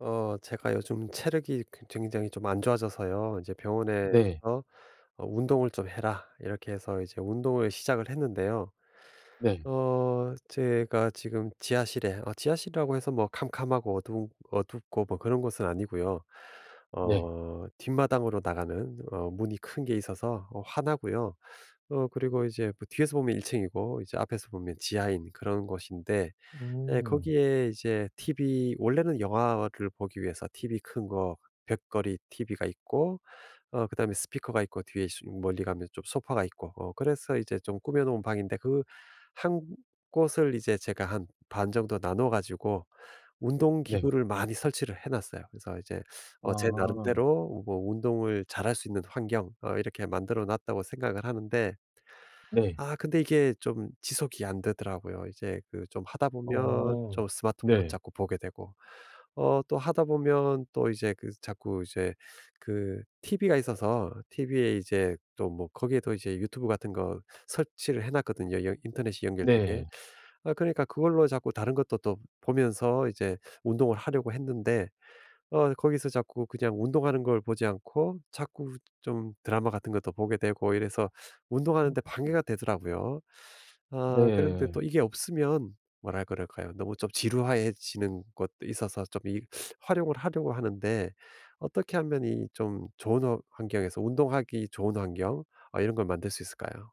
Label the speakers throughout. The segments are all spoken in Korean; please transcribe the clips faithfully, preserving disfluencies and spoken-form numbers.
Speaker 1: 어 제가 요즘 체력이 그 굉장히 좀 안 좋아져서요. 이제 병원에서
Speaker 2: 네.
Speaker 1: 어 "운동을 좀 해라." 이렇게 해서 이제 운동을 시작을 했는데요.
Speaker 2: 네.
Speaker 1: 어 제가 지금 지하실에, 어, 지하실이라고 해서 뭐 캄캄하고 어두 어둡고 뭐 그런 곳은 아니고요.
Speaker 2: 네.
Speaker 1: 어 뒷마당으로 나가는 어 문이 큰 게 있어서 어 화나고요. 어 그리고 이제 뭐 뒤에서 보면 일 층이고 이제 앞에서 보면 지하인 그런 곳인데, 예,
Speaker 2: 음.
Speaker 1: 거기에 이제 티비, 원래는 영화를 보기 위해서 티비 큰 거, 벽걸이 티비가 있고 어 그다음에 스피커가 있고, 뒤에 수 멀리 가면 좀 소파가 있고 어 그래서 이제 좀 꾸며 놓은 방인데, 그 한 곳을 이제 제가 한 반 정도 나눠 가지고 운동
Speaker 2: 네.
Speaker 1: 기구를 많이 설치를 해 놨어요. 그래서 이제 어 제
Speaker 2: 아.
Speaker 1: 나름대로 뭐 운동을 잘할 수 있는 환경, 어 이렇게 만들어 놨다고 생각을 하는데,
Speaker 2: 네.
Speaker 1: 아, 근데 이게 좀 지속이 안 되더라고요. 이제 그 좀 하다 보면
Speaker 2: 어.
Speaker 1: 좀 스마트폰
Speaker 2: 네.
Speaker 1: 자꾸 보게 되고 어 또 하다 보면 또 이제 그 자꾸 이제 그 티비가 있어서 티비에 이제 또 뭐 거기에도 이제 유튜브 같은 거 설치를 해 놨거든요, 연 인터넷이 연결되게.
Speaker 2: 네.
Speaker 1: 아, 그러니까 그걸로 자꾸 다른 것도 또 보면서 이제 운동을 하려고 했는데 어 거기서 자꾸 그냥 운동하는 걸 보지 않고 자꾸 좀 드라마 같은 것도 보게 되고 이래서 운동하는
Speaker 2: 음.
Speaker 1: 데 방해가 되더라고요. 아, 그런데
Speaker 2: 네.
Speaker 1: 또 이게 없으면 뭐라 그럴까요? 너무 좀 지루해지는 것도 있어서 좀 이 활용을 하려고 하는데, 어떻게 하면 이 좀 좋은 어 환경에서, 운동하기 좋은 환경 어 이런 걸 만들 수 있을까요?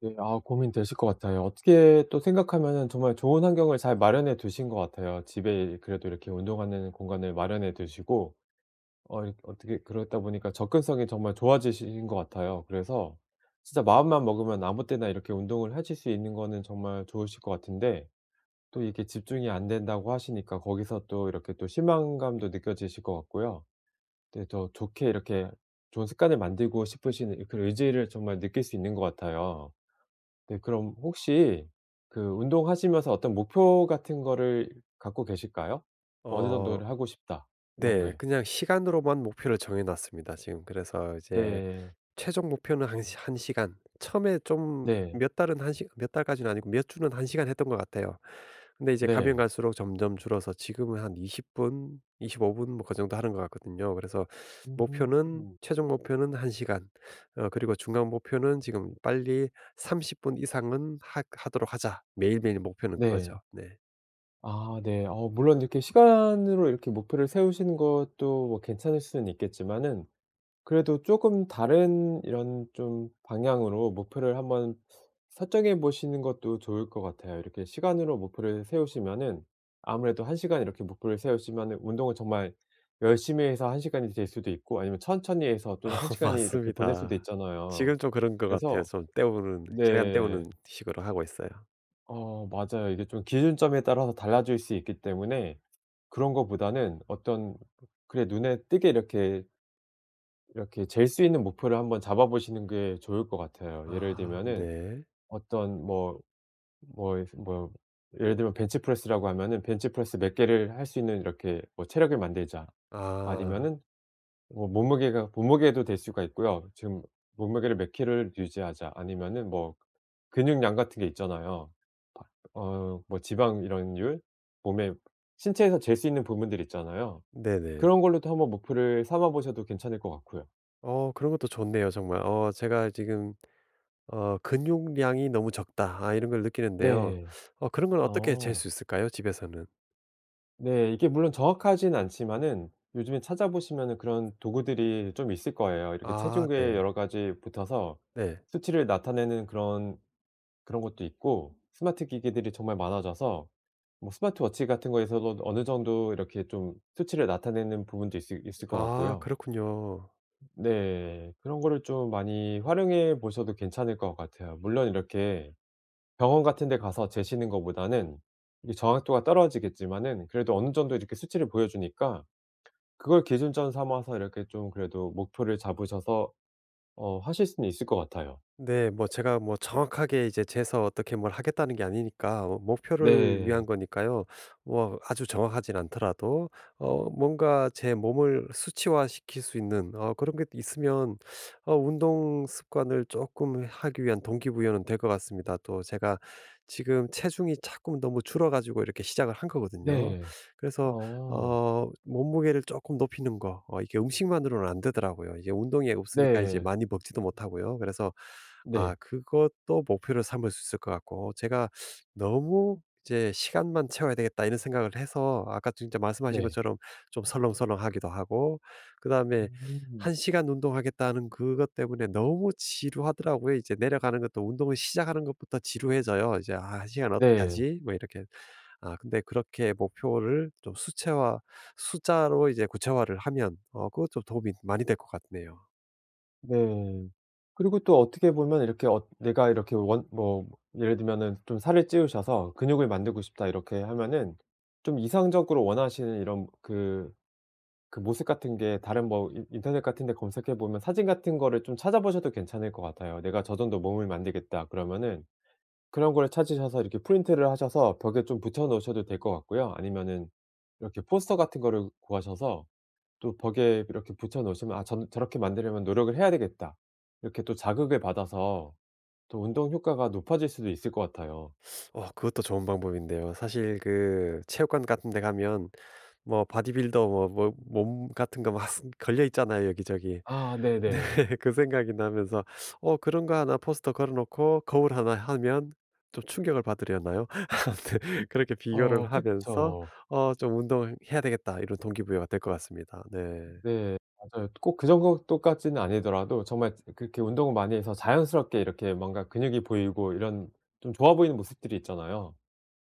Speaker 2: 네. 아 고민되실 것 같아요. 어떻게 또 생각하면은 정말 좋은 환경을 잘 마련해 두신 것 같아요. 집에 그래도 이렇게 운동하는 공간을 마련해 두시고 어 이렇 어떻게 그러다 보니까 접근성이 정말 좋아지신 것 같아요. 그래서 진짜 마음만 먹으면 아무 때나 이렇게 운동을 하실 수 있는 거는 정말 좋으실 것 같은데 또 이게 집중이 안 된다고 하시니까 거기서 또 이렇게 또 실망감도 느껴지실 것 같고요. 네, 더 좋게 이렇게 좋은 습관을 만들고 싶으신 그런 의지를 정말 느낄 수 있는 것 같아요. 네, 그럼 혹시 그 운동하시면서 어떤 목표 같은 거를 갖고 계실까요? '어느
Speaker 1: 어
Speaker 2: 정도를 하고 싶다.' 이런
Speaker 1: 네.
Speaker 2: 게.
Speaker 1: 그냥 시간으로만 목표를 정해 놨습니다, 지금. 그래서 이제
Speaker 2: 네.
Speaker 1: 최종 목표는 한 시 한 시간. 처음에 좀
Speaker 2: 네.
Speaker 1: 몇 달은, 한 시 몇 달까지는 아니고 몇 주는 한 시간 했던 것 같아요. 근데 이제 가면
Speaker 2: 네.
Speaker 1: 갈수록 점점 줄어서 지금은 한 이십 분, 이십오 분 뭐 그 정도 하는 것 같거든요. 그래서
Speaker 2: 음.
Speaker 1: 목표는 최종 목표는 한 시간. 어 그리고 중간 목표는 지금 빨리 삼십 분 이상은 하 하도록 하자. 매일매일 목표는 그거죠.
Speaker 2: 네.
Speaker 1: 네.
Speaker 2: 아 네. 어 물론 이렇게 시간으로 이렇게 목표를 세우시는 것도 뭐 괜찮을 수는 있겠지만은 그래도 조금 다른 이런 좀 방향으로 목표를 한번 설정해 보시는 것도 좋을 것 같아요. 이렇게 시간으로 목표를 세우시면은 아무래도 1 시간 이렇게 목표를 세우시면은 운동을 정말 열심히 해서 한 시간 시간이 될 수도 있고 아니면 천천히 해서 또 한 시간 시간이 이렇게 보낼 수도
Speaker 1: 맞습니다.
Speaker 2: 있잖아요.
Speaker 1: 지금 좀 그런 것 같아요.
Speaker 2: 그래서.
Speaker 1: 좀 때우는 시간 때우는
Speaker 2: 네.
Speaker 1: 식으로 하고 있어요.
Speaker 2: 어 맞아요. 이게 좀 기준점에 따라서 달라질 수 있기 때문에 그런 거보다는 어떤 그래 눈에 띄게 이렇게 이렇게 잴 수 있는 목표를 한번 잡아 보시는 게 좋을 것 같아요. 예를
Speaker 1: 아,
Speaker 2: 들면은
Speaker 1: 네.
Speaker 2: 어떤 뭐 뭐 뭐 예를 들면 벤치프레스라고 하면은 '벤치프레스 몇 개를 할 수 있는 이렇게 뭐 체력을 만들자.'
Speaker 1: 아.
Speaker 2: 아니면은 뭐 몸무게가 몸무게도 될 수가 있고요. 지금 '몸무게를 몇 킬로를 유지하자.' 아니면은 뭐 근육량 같은 게 있잖아요. 어 뭐 지방 이런율, 몸에 신체에서 잴 수 있는 부분들 있잖아요.
Speaker 1: 네네.
Speaker 2: 그런 걸로도 한번 목표를 삼아 보셔도 괜찮을 것 같고요.
Speaker 1: 어 그런 것도 좋네요, 정말. 어 제가 지금 어 '근육량이 너무 적다.' 아, 이런 걸 느끼는데요.
Speaker 2: 네.
Speaker 1: 어 그런 건 어떻게 잴
Speaker 2: 어.
Speaker 1: 수 있을까요, 집에서는?
Speaker 2: 네. 이게 물론 정확하진 않지만은 요즘에 찾아보시면은 그런 도구들이 좀 있을 거예요. 이렇게
Speaker 1: 아,
Speaker 2: 체중계에
Speaker 1: 네.
Speaker 2: 여러 가지 붙어서
Speaker 1: 네.
Speaker 2: 수치를 나타내는 그런 그런 것도 있고 스마트 기기들이 정말 많아져서 뭐 스마트워치 같은 거에서도 어느 정도 이렇게 좀 수치를 나타내는 부분도 있을 있을 것
Speaker 1: 아,
Speaker 2: 같고요.
Speaker 1: 그렇군요.
Speaker 2: 네. 그런 거를 좀 많이 활용해 보셔도 괜찮을 것 같아요. 물론 이렇게 병원 같은 데 가서 재시는 것보다는 이게 정확도가 떨어지겠지만은 그래도 어느 정도 이렇게 수치를 보여 주니까 그걸 기준점 삼아서 이렇게 좀 그래도 목표를 잡으셔서 어 하실 수는 있을 것 같아요.
Speaker 1: 네. 뭐 제가 뭐 정확하게 이제 재서 어떻게 뭘 하겠다는 게 아니니까, 어 목표를
Speaker 2: 네.
Speaker 1: 위한 거니까요. 뭐 아주 정확하진 않더라도 어 뭔가 제 몸을 수치화시킬 수 있는 어 그런 게 있으면 어 운동 습관을 조금 하기 위한 동기부여는 될 것 같습니다. 또 제가 지금 체중이 자꾸 너무 줄어 가지고 이렇게 시작을 한 거거든요.
Speaker 2: 네.
Speaker 1: 그래서
Speaker 2: 어.
Speaker 1: 어 몸무게를 조금 높이는 거, 어 이게 음식만으로는 안 되더라고요. 이제 운동이 없으니까 이제
Speaker 2: 네.
Speaker 1: 많이 먹지도 못하고요. 그래서 아,
Speaker 2: 네.
Speaker 1: 그것도 목표로 삼을 수 있을 것 같고, 제가 너무 이제 '시간만 채워야 되겠다.' 이런 생각을 해서, 아까 진짜 말씀하신
Speaker 2: 네.
Speaker 1: 것처럼 좀 설렁설렁하기도 하고, 그다음에
Speaker 2: 음.
Speaker 1: 한 시간 운동하겠다는 그것 때문에 너무 지루하더라고요. 이제 내려가는 것도, 운동을 시작하는 것부터 지루해져요. 이제 '아, 한 시간 어떻게
Speaker 2: 네.
Speaker 1: 하지?' 뭐 이렇게. 아, 근데 그렇게 목표를 좀 수채화 숫자로 이제 구체화를 하면, 어 그것 좀 도움이 많이 될 것 같네요.
Speaker 2: 네. 그리고 또 어떻게 보면 이렇게 어 내가 이렇게 원 뭐 예를 들면은 좀 살을 찌우셔서 '근육을 만들고 싶다.' 이렇게 하면은 좀 이상적으로 원하시는 이런 그 그 모습 같은 게 다른 뭐 인 인터넷 같은 데 검색해 보면 사진 같은 거를 좀 찾아보셔도 괜찮을 것 같아요. '내가 저 정도 몸을 만들겠다.' 그러면은 그런 거를 찾으셔서 이렇게 프린트를 하셔서 벽에 좀 붙여 놓으셔도 될 것 같고요. 아니면은 이렇게 포스터 같은 거를 구하셔서 또 벽에 이렇게 붙여 놓으시면 '아 전 저렇게 만들려면 노력을 해야 되겠다.' 이렇게 또 자극을 받아서 또 운동 효과가 높아질 수도 있을 것 같아요.
Speaker 1: 어 그것도 좋은 방법인데요. 사실 그 체육관 같은 데 가면 뭐 바디빌더 뭐 뭐 몸 같은 거 막 걸려 있잖아요, 여기저기.
Speaker 2: 아 네네.
Speaker 1: 네. 그 생각이 나면서 어 그런 거 하나 포스터 걸어 놓고 거울 하나 하면 좀 충격을 받으려나요? 아무튼 그렇게
Speaker 2: 어
Speaker 1: 비교를 하면서
Speaker 2: 그쵸.
Speaker 1: 어 좀 '운동을 해야 되겠다.' 이런 동기부여가 될 것 같습니다. 네.
Speaker 2: 네. 맞아요. 꼭 그 정도까지는 아니더라도 정말 그렇게 운동을 많이 해서 자연스럽게 이렇게 뭔가 근육이 보이고 이런 좀 좋아 보이는 모습들이 있잖아요.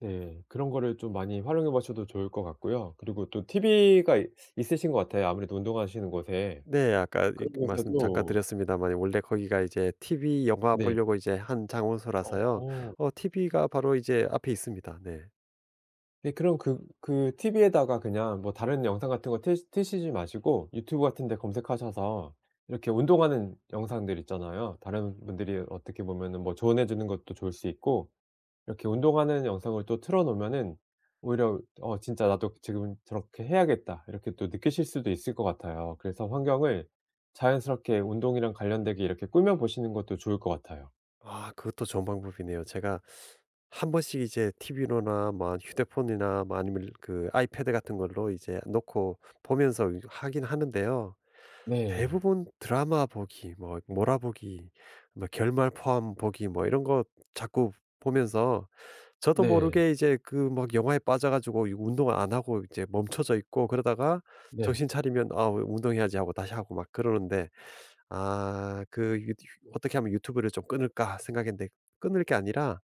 Speaker 2: 네. 그런 거를 좀 많이 활용해 보셔도 좋을 것 같고요. 그리고 또 티브이가 있 있으신 것 같아요, 아무래도 운동하시는 곳에.
Speaker 1: 네. 아까 이
Speaker 2: 그런
Speaker 1: 말씀 잠깐
Speaker 2: 곳에도.
Speaker 1: 드렸습니다만, 원래 거기가 이제 티비 영화
Speaker 2: 네.
Speaker 1: 보려고 이제 한 장소라서요.
Speaker 2: 어.
Speaker 1: 어 티비가 바로 이제 앞에 있습니다. 네.
Speaker 2: 네, 그럼 그 그 티브이에다가 그냥 뭐 다른 영상 같은 거 틀 트시지 마시고 유튜브 같은 데 검색하셔서 이렇게 운동하는 영상들 있잖아요. 다른 분들이 어떻게 보면은 뭐 조언해 주는 것도 좋을 수 있고 이렇게 운동하는 영상을 또 틀어 놓으면은 오히려 '어 진짜 나도 지금 저렇게 해야겠다.' 이렇게 또 느끼실 수도 있을 것 같아요. 그래서 환경을 자연스럽게 운동이랑 관련되게 이렇게 꾸며 보시는 것도 좋을 것 같아요.
Speaker 1: 아, 그것도 좋은 방법이네요. 제가 한 번씩 이제 티비로나 뭐 휴대폰이나 뭐 아니면 그 아이패드 같은 걸로 이제 놓고 보면서 하긴 하는데요.
Speaker 2: 네.
Speaker 1: 대부분 드라마 보기, 뭐 몰아보기, 뭐 결말 포함 보기 뭐 이런 거 자꾸 보면서 저도
Speaker 2: 네.
Speaker 1: 모르게 이제 그 막 영화에 빠져 가지고, 이거 운동 안 하고 이제 멈춰져 있고 그러다가
Speaker 2: 네.
Speaker 1: 정신 차리면 '아, 운동해야지.' 하고 다시 하고 막 그러는데, 아, 그 '어떻게 하면 유튜브를 좀 끊을까.' 생각했는데 끊을 게 아니라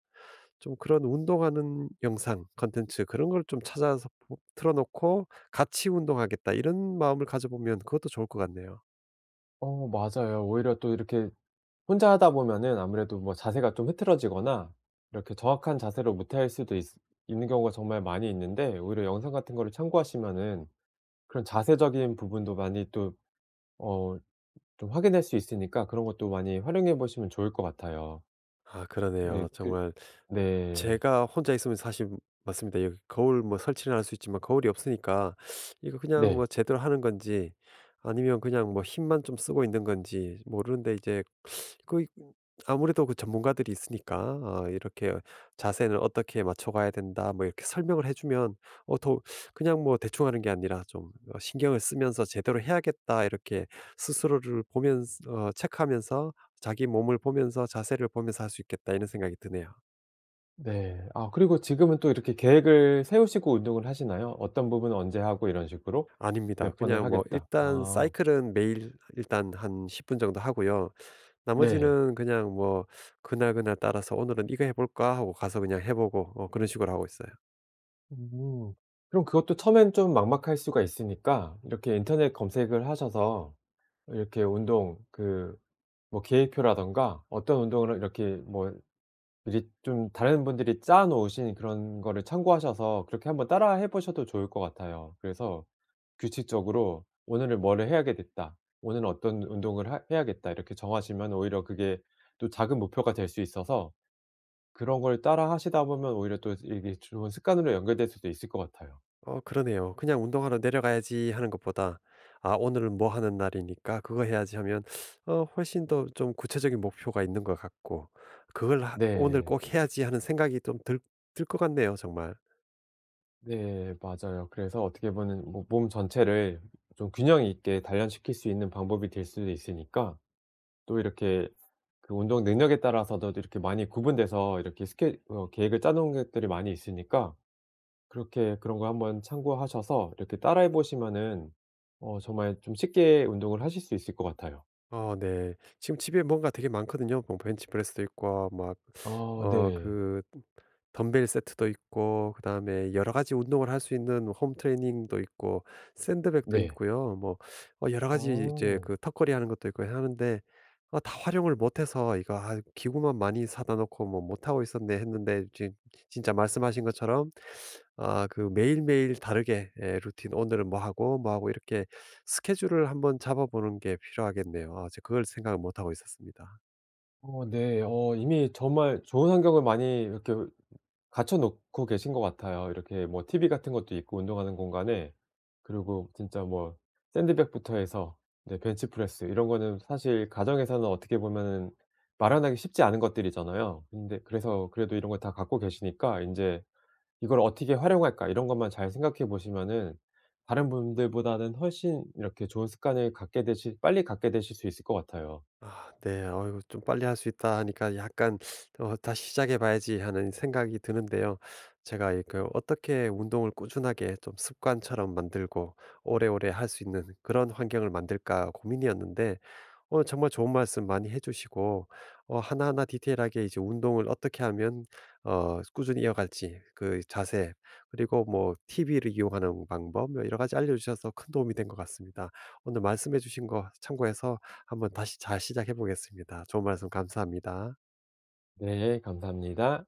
Speaker 1: 좀 그런 운동하는 영상 컨텐츠 그런 걸 좀 찾아서 보 틀어 놓고 '같이 운동하겠다.' 이런 마음을 가져 보면 그것도 좋을 것 같네요.
Speaker 2: 어 맞아요. 오히려 또 이렇게 혼자 하다 보면은 아무래도 뭐 자세가 좀 흐트러지거나 이렇게 정확한 자세로 못할 수도 있으 있는 경우가 정말 많이 있는데 오히려 영상 같은 거를 참고하시면은 그런 자세적인 부분도 많이 또어 좀 확인할 수 있으니까 그런 것도 많이 활용해 보시면 좋을 것 같아요.
Speaker 1: 아,
Speaker 2: 네.
Speaker 1: 그러네요.
Speaker 2: 그
Speaker 1: 정말
Speaker 2: 네.
Speaker 1: 제가 혼자 있으면 사실 맞습니다. 여기 거울 뭐 설치는 할 수 있지만, 거울이 없으니까 이거 그냥
Speaker 2: 네.
Speaker 1: 뭐 제대로 하는 건지 아니면 그냥 뭐 힘만 좀 쓰고 있는 건지 모르는데, 이제 그 아무래도 그 전문가들이 있으니까, 아, 이렇게 "자세는 어떻게 맞춰가야 된다." 뭐 이렇게 설명을 해 주면, 어 더, 그냥 뭐 대충 하는 게 아니라 좀 어 '신경을 쓰면서 제대로 해야겠다.' 이렇게 스스로를 보면서, 어 체크하면서, 자기 몸을 보면서 자세를 보면서 할 수 있겠다, 이런 생각이 드네요.
Speaker 2: 네. 아 그리고 지금은 또 이렇게 계획을 세우시고 운동을 하시나요? 어떤 부분은 언제 하고 이런 식으로?
Speaker 1: 아닙니다.
Speaker 2: 몇 번을
Speaker 1: 그냥 뭐
Speaker 2: 하겠다.
Speaker 1: 일단
Speaker 2: 아
Speaker 1: 사이클은 매일 일단 한 십 분 정도 하고요.
Speaker 2: 네.
Speaker 1: 나머지는 그냥 뭐 그날그날 따라서 '오늘은 이거 해 볼까.' 하고 가서 그냥 해 보고 어 그런 식으로 하고 있어요.
Speaker 2: 음. 그럼 그것도 처음엔 좀 막막할 수가 있으니까 이렇게 인터넷 검색을 하셔서 이렇게 운동 그 뭐 계획표라든가 어떤 운동을 이렇게 뭐 미리 좀 다른 분들이 짜 놓으신 그런 거를 참고하셔서 그렇게 한번 따라 해 보셔도 좋을 것 같아요. 그래서 규칙적으로 '오늘은 뭐를 해야겠다. 오늘은 어떤 운동을 하 해야겠다.' 이렇게 정하시면 오히려 그게 또 작은 목표가 될 수 있어서 그런 걸 따라 하시다 보면 오히려 또 이게 좋은 습관으로 연결될 수도 있을 것 같아요.
Speaker 1: 어 그러네요. 그냥 '운동하러 내려가야지.' 하는 것보다 '아, 오늘은 뭐 하는 날이니까 그거 해야지.' 하면 어 훨씬 더 좀 구체적인 목표가 있는 것 같고, 그걸 하 '오늘
Speaker 2: 네.
Speaker 1: 꼭 해야지.' 하는 생각이 좀 들 들 것 같네요, 정말.
Speaker 2: 네, 맞아요. 그래서 어떻게 보면 뭐 몸 전체를 좀 균형 있게 단련시킬 수 있는 방법이 될 수도 있으니까 또 이렇게 그 운동 능력에 따라서도 이렇게 많이 구분돼서 이렇게 스케 어 계획을 짜 놓은 것들이 많이 있으니까 그렇게 그런 거 한번 참고하셔서 이렇게 따라해 보시면은 어 정말 좀 쉽게 운동을 하실 수 있을 것 같아요.
Speaker 1: 어 네. 지금 집에 뭔가 되게 많거든요. 뭐 벤치프레스도 있고, 막
Speaker 2: 아
Speaker 1: 어
Speaker 2: 네.
Speaker 1: 그 덤벨 세트도 있고, 그다음에 여러 가지 운동을 할 수 있는 홈 트레이닝도 있고, 샌드백도
Speaker 2: 네.
Speaker 1: 있고요. 뭐 어 여러 가지 이제
Speaker 2: 어.
Speaker 1: 그 턱걸이 하는 것도 있고 하는데, 어, 다 활용을 못 해서 이거 '아, 기구만 많이 사다 놓고 뭐 못 하고 있었네.' 했는데, 진 진짜 말씀하신 것처럼 아, 그 매일매일 다르게, 예 루틴, 오늘은 뭐 하고 뭐 하고 이렇게 스케줄을 한번 잡아보는 게 필요하겠네요. 아, 제가 그걸 생각을 못 하고 있었습니다.
Speaker 2: 어 네. 어 이미 정말 좋은 환경을 많이 이렇게 갖춰 놓고 계신 것 같아요. 이렇게 뭐 티브이 같은 것도 있고 운동하는 공간에. 그리고 진짜 뭐 샌드백부터 해서 네 벤치프레스 이런 거는 사실 가정에서는 어떻게 보면은 마련하기 쉽지 않은 것들이잖아요. 근데 그래서 그래도 이런 걸 다 갖고 계시니까 인제 '이걸 어떻게 활용할까?' 이런 것만 잘 생각해 보시면은 다른 분들보다는 훨씬 이렇게 좋은 습관을 갖게 되실 빨리 갖게 되실 수 있을 것 같아요.
Speaker 1: 아, 네. 어이구, 좀 빨리 할 수 있다 하니까 약간 '어, 다시 시작해 봐야지.' 하는 생각이 드는데요. 제가 이그 어떻게 운동을 꾸준하게 좀 습관처럼 만들고 오래오래 할 수 있는 그런 환경을 만들까 고민이었는데, 오늘 정말 좋은 말씀 많이 해 주시고 어 하나하나 디테일하게 이제 운동을 어떻게 하면 어 꾸준히 이어갈지, 그 자세, 그리고 뭐 티비를 이용하는 방법 뭐 여러 가지 알려 주셔서 큰 도움이 된 것 같습니다. 오늘 말씀해 주신 거 참고해서 한번 다시 잘 시작해 보겠습니다. 좋은 말씀 감사합니다.
Speaker 2: 네. 감사합니다.